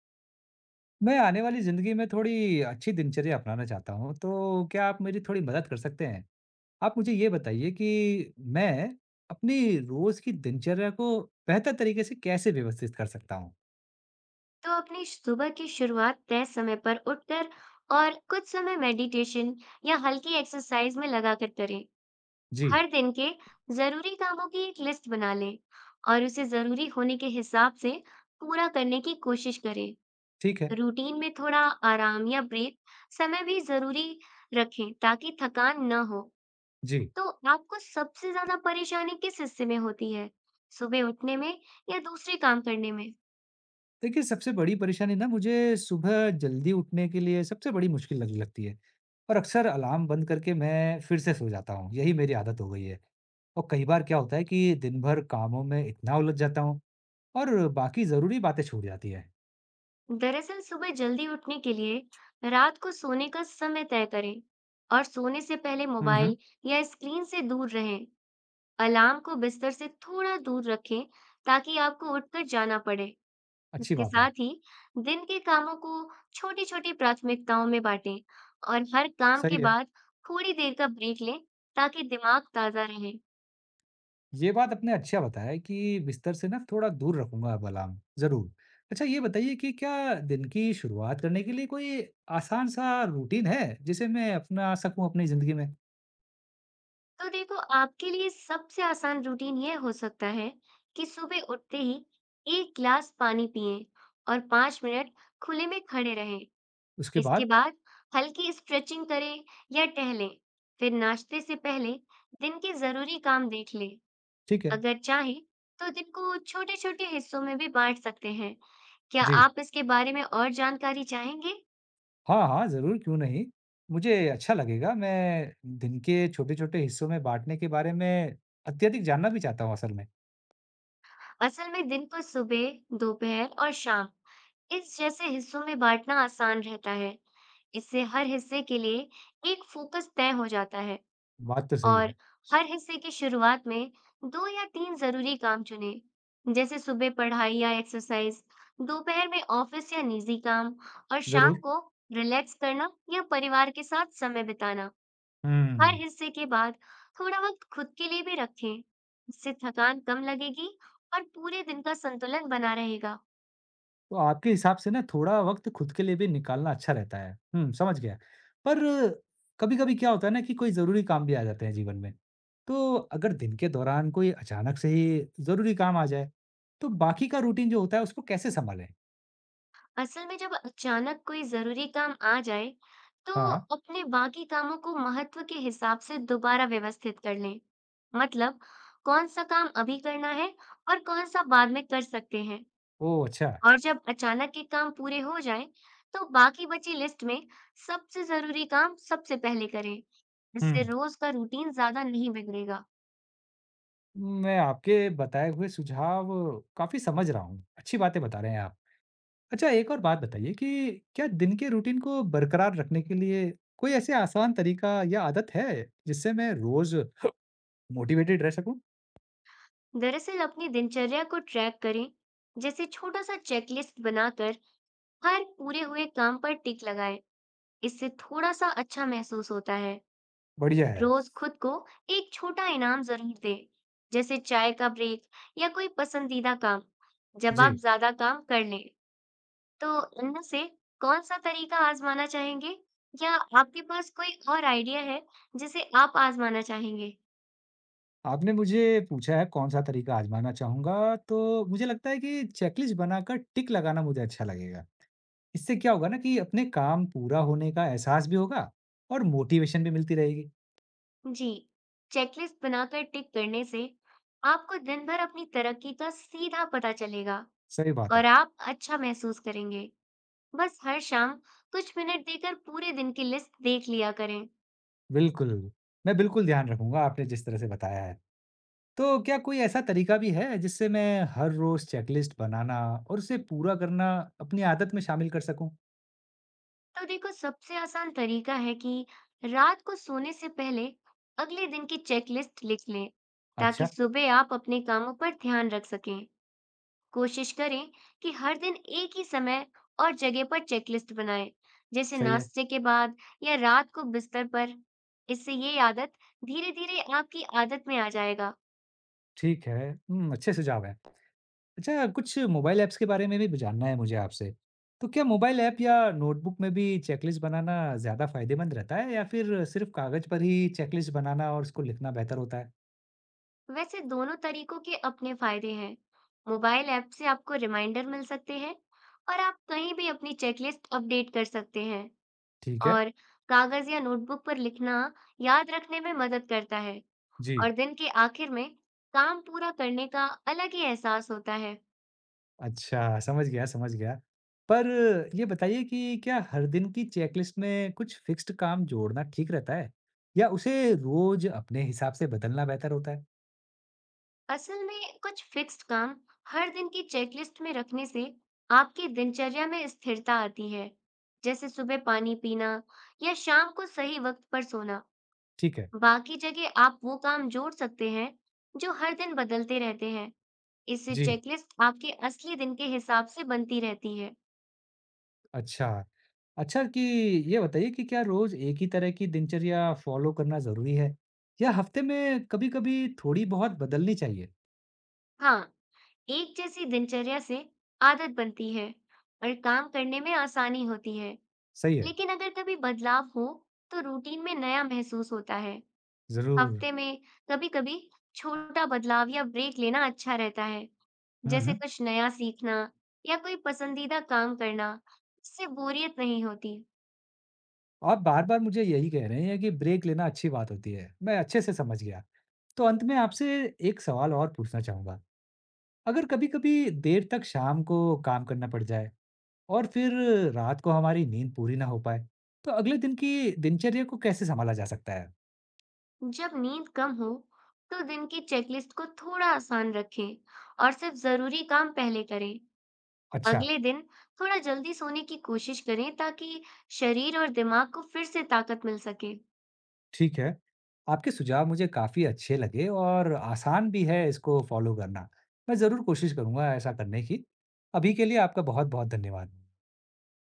मैं आने वाली ज़िंदगी में थोड़ी अच्छी दिनचर्या अपनाना चाहता हूँ, तो क्या आप मेरी थोड़ी मदद कर सकते हैं? आप मुझे ये बताइए कि मैं अपनी रोज़ की दिनचर्या को बेहतर तरीके से कैसे व्यवस्थित कर सकता हूँ? तो अपनी सुबह की शुरुआत तय समय पर उठकर और कुछ समय मेडिटेशन या हल्की एक्सरसाइज में लगाकर करें। जी, हर दिन के जरूरी कामों की एक लिस्ट बना लें और उसे जरूरी होने के हिसाब से पूरा करने की कोशिश करें। ठीक है। रूटीन में थोड़ा आराम या ब्रेक समय भी जरूरी रखें ताकि थकान न हो। जी, तो आपको सबसे ज्यादा परेशानी किस हिस्से में होती है? सुबह उठने में या दूसरे काम करने में? देखिए सबसे बड़ी परेशानी ना मुझे सुबह जल्दी उठने के लिए सबसे बड़ी मुश्किल लगने लगती है और अक्सर अलार्म बंद करके मैं फिर से सो जाता हूँ, यही मेरी आदत हो गई है। और कई बार क्या होता है कि दिन भर कामों में इतना उलझ जाता हूँ और बाकी ज़रूरी बातें छूट जाती हैं। दरअसल सुबह जल्दी उठने के लिए रात को सोने का समय तय करें और सोने से पहले हुँ, हुँ। मोबाइल या स्क्रीन से दूर रहें। अलार्म को बिस्तर से थोड़ा दूर रखें ताकि आपको उठकर जाना पड़े। अच्छी इसके बात है, साथ ही दिन के कामों को छोटी-छोटी प्राथमिकताओं में बांटें और हर काम सही के है। बाद थोड़ी देर का ब्रेक लें ताकि दिमाग ताजा रहे। ये बात आपने अच्छा बताया है कि बिस्तर से ना थोड़ा दूर रखूँगा अब अलार्म, ज़रूर। अच्छा ये बताइए कि क्या दिन की शुरुआत करने के लिए कोई आसान-सा रूटीन है, जिसे मैं अपना सकूँ अपनी ज़िंदगी में? तो देखो आपके लिए सबसे आसान रूटीन यह हो सकता है कि सुबह उठते ही एक गिलास पानी पिएं और 5 मिनट खुले में खड़े रहें। उसके इसके बाद बाद हल्की स्ट्रेचिंग करें या टहलें। फिर नाश्ते से पहले दिन के जरूरी काम देख लें। ठीक है, अगर चाहे तो दिन को छोटे छोटे हिस्सों में भी बांट सकते हैं। क्या जी। आप इसके बारे में और जानकारी चाहेंगे? हाँ, हाँ, ज़रूर, क्यों नहीं? मुझे अच्छा लगेगा, मैं दिन के छोटे-छोटे हिस्सों में बाँटने के बारे में अत्यधिक जानना भी चाहता हूँ असल में। असल में दिन को सुबह, दोपहर और शाम इस जैसे हिस्सों में बांटना आसान रहता है। इससे हर हिस्से के लिए एक फोकस तय हो जाता है बात तो सही और है, हर हिस्से की शुरुआत में दो या तीन जरूरी काम चुने, जैसे सुबह पढ़ाई या एक्सरसाइज, दोपहर में ऑफिस या निजी काम और शाम ज़रूर। को रिलैक्स करना या परिवार के साथ समय बिताना। हर हुँ। हिस्से के बाद थोड़ा वक्त खुद के लिए भी रखें। इससे थकान कम लगेगी और पूरे दिन का संतुलन बना रहेगा। तो आपके हिसाब से ना थोड़ा वक़्त खुद के लिए भी निकालना अच्छा रहता है। हुँ, समझ गया। पर कभी-कभी क्या होता है ना कि कोई ज़रूरी काम भी आ जाते हैं जीवन में। तो अगर दिन के दौरान कोई अचानक से ही ज़रूरी काम आ जाए, तो बाकी का रूटीन जो होता है उसको कैसे सँभालें? असल में जब अचानक कोई जरूरी काम आ जाए तो हाँ, हाँ। अपने बाकी कामों को महत्व के हिसाब से दोबारा व्यवस्थित कर लें। मतलब कौन सा काम अभी करना है और कौन सा बाद में कर सकते हैं। ओह! अच्छा। और जब अचानक के काम पूरे हो जाएं तो बाकी बची लिस्ट में सबसे जरूरी काम सबसे पहले करें। इससे हुँ, रोज का रूटीन ज्यादा नहीं बिगड़ेगा। मैं आपके बताए हुए सुझाव काफ़ी समझ रहा हूँ। अच्छी बातें बता रहे हैं आप। अच्छा एक और बात बताइए कि क्या दिन के रूटीन को बरकरार रखने के लिए कोई ऐसे आसान तरीका या आदत है जिससे मैं रोज़ मोटिवेटेड रह सकूँ, दरअसल अपनी दिनचर्या को ट्रैक करें, जैसे छोटा सा चेकलिस्ट बनाकर हर पूरे हुए काम पर टिक लगाएं। इससे थोड़ा सा अच्छा महसूस होता है। बढ़िया है। रोज खुद को एक छोटा इनाम जरूर दें, जैसे चाय का ब्रेक या कोई पसंदीदा काम जब आप जी, ज्यादा काम कर लें। तो इनमें से कौन सा तरीका आजमाना चाहेंगे या आपके पास कोई और आइडिया है जिसे आप आजमाना चाहेंगे? आपने मुझे पूछा है कौन-सा तरीका आज़माना चाहूँगा, तो मुझे लगता है कि चेकलिस्ट बनाकर टिक लगाना मुझे अच्छा लगेगा। इससे क्या होगा ना कि अपने काम पूरा होने का एहसास भी होगा और मोटिवेशन भी मिलती रहेगी। जी, चेकलिस्ट बनाकर टिक करने से आपको दिन भर अपनी तरक्की का सीधा पता चलेगा सही बात है, और आप अच्छा महसूस करेंगे। बस हर शाम कुछ मिनट देकर पूरे दिन की लिस्ट देख लिया करें। बिल्कुल। मैं बिल्कुल ध्यान रखूँगा आपने जिस तरह से बताया है। तो क्या कोई ऐसा तरीका भी है जिससे मैं हर रोज़ चेकलिस्ट बनाना और उसे पूरा करना अपनी आदत में शामिल कर सकूँ? तो देखो सबसे आसान तरीका है कि रात को सोने से पहले अगले दिन की चेकलिस्ट लिख लें ताकि अच्छा, सुबह आप अपने कामों पर ध्यान रख सकें। कोशिश करें कि हर दिन एक ही समय और जगह पर चेकलिस्ट बनाएं, जैसे सही है। नाश्ते के बाद या रात को बिस्तर पर। इससे ये आदत धीरे-धीरे आपकी आदत में आ जाएगा। ठीक है, हुँ, अच्छे सुझाव हैं। अच्छा, कुछ मोबाइल ऐप्स के बारे में भी जानना है मुझे आपसे। तो क्या मोबाइल ऐप या नोटबुक में भी चेकलिस्ट बनाना ज़्यादा फ़ायदेमंद रहता है या फिर सिर्फ़ कागज़ पर ही चेकलिस्ट बनाना और उसको लिखना बेहतर होता है? वैसे दोनों तरीकों के अपने फायदे हैं। मोबाइल ऐप से आपको रिमाइंडर मिल सकते हैं और आप कहीं भी अपनी चेकलिस्ट अपडेट कर सकते हैं। ठीक है। और कागज या नोटबुक पर लिखना याद रखने में मदद करता है जी। और दिन के आखिर में काम पूरा करने का अलग ही एहसास होता है। अच्छा, समझ गया, समझ गया। पर ये बताइए कि क्या हर दिन की चेकलिस्ट में कुछ फ़िक्स्ड काम जोड़ना ठीक रहता है? या उसे रोज़ अपने हिसाब से बदलना बेहतर होता है? असल में कुछ फिक्स्ड काम हर दिन की चेकलिस्ट में रखने से आपकी दिनचर्या में स्थिरता आती है, जैसे सुबह पानी पीना या शाम को सही वक्त पर सोना। ठीक है। बाकी जगह आप वो काम जोड़ सकते हैं जो हर दिन बदलते रहते हैं। इससे जी। चेकलिस्ट आपके असली दिन के हिसाब से बनती रहती है। अच्छा। अच्छा कि ये बताइए कि क्या रोज़ एक ही तरह की दिनचर्या फ़ॉलो करना ज़रूरी है? या हफ़्ते में कभी-कभी थोड़ी-बहुत बदलनी चाहिए? हाँ, एक जैसी दिनचर्या से आदत बनती है और काम करने में आसानी होती है। सही है, लेकिन अगर कभी बदलाव हो, तो रूटीन में नया महसूस होता है। ज़रूर। हफ्ते में कभी-कभी छोटा बदलाव या ब्रेक लेना अच्छा रहता है, हुँ, जैसे हुँ। कुछ नया सीखना या कोई पसंदीदा काम करना। इससे बोरियत नहीं होती। आप बार-बार मुझे यही कह रहे हैं कि ब्रेक लेना अच्छी बात होती है। मैं अच्छे से समझ गया। तो अंत में आपसे एक सवाल और पूछना चाहूँगा। अगर कभी-कभी देर तक शाम को काम करना पड़ जाए और फिर रात को हमारी नींद पूरी ना हो पाए, तो अगले दिन की दिनचर्या को कैसे सँभाला जा सकता है? जब नींद कम हो, तो दिन की चेकलिस्ट को थोड़ा आसान रखें और सिर्फ जरूरी काम पहले करें। अच्छा। अगले दिन थोड़ा जल्दी सोने की कोशिश करें ताकि शरीर और दिमाग को फिर से ताकत मिल सके। ठीक है। आपके सुझाव मुझे काफ़ी अच्छे लगे और आसान भी है इसको फ़ॉलो करना। मैं ज़रूर कोशिश करूँगा ऐसा करने की। अभी के लिए आपका बहुत-बहुत धन्यवाद।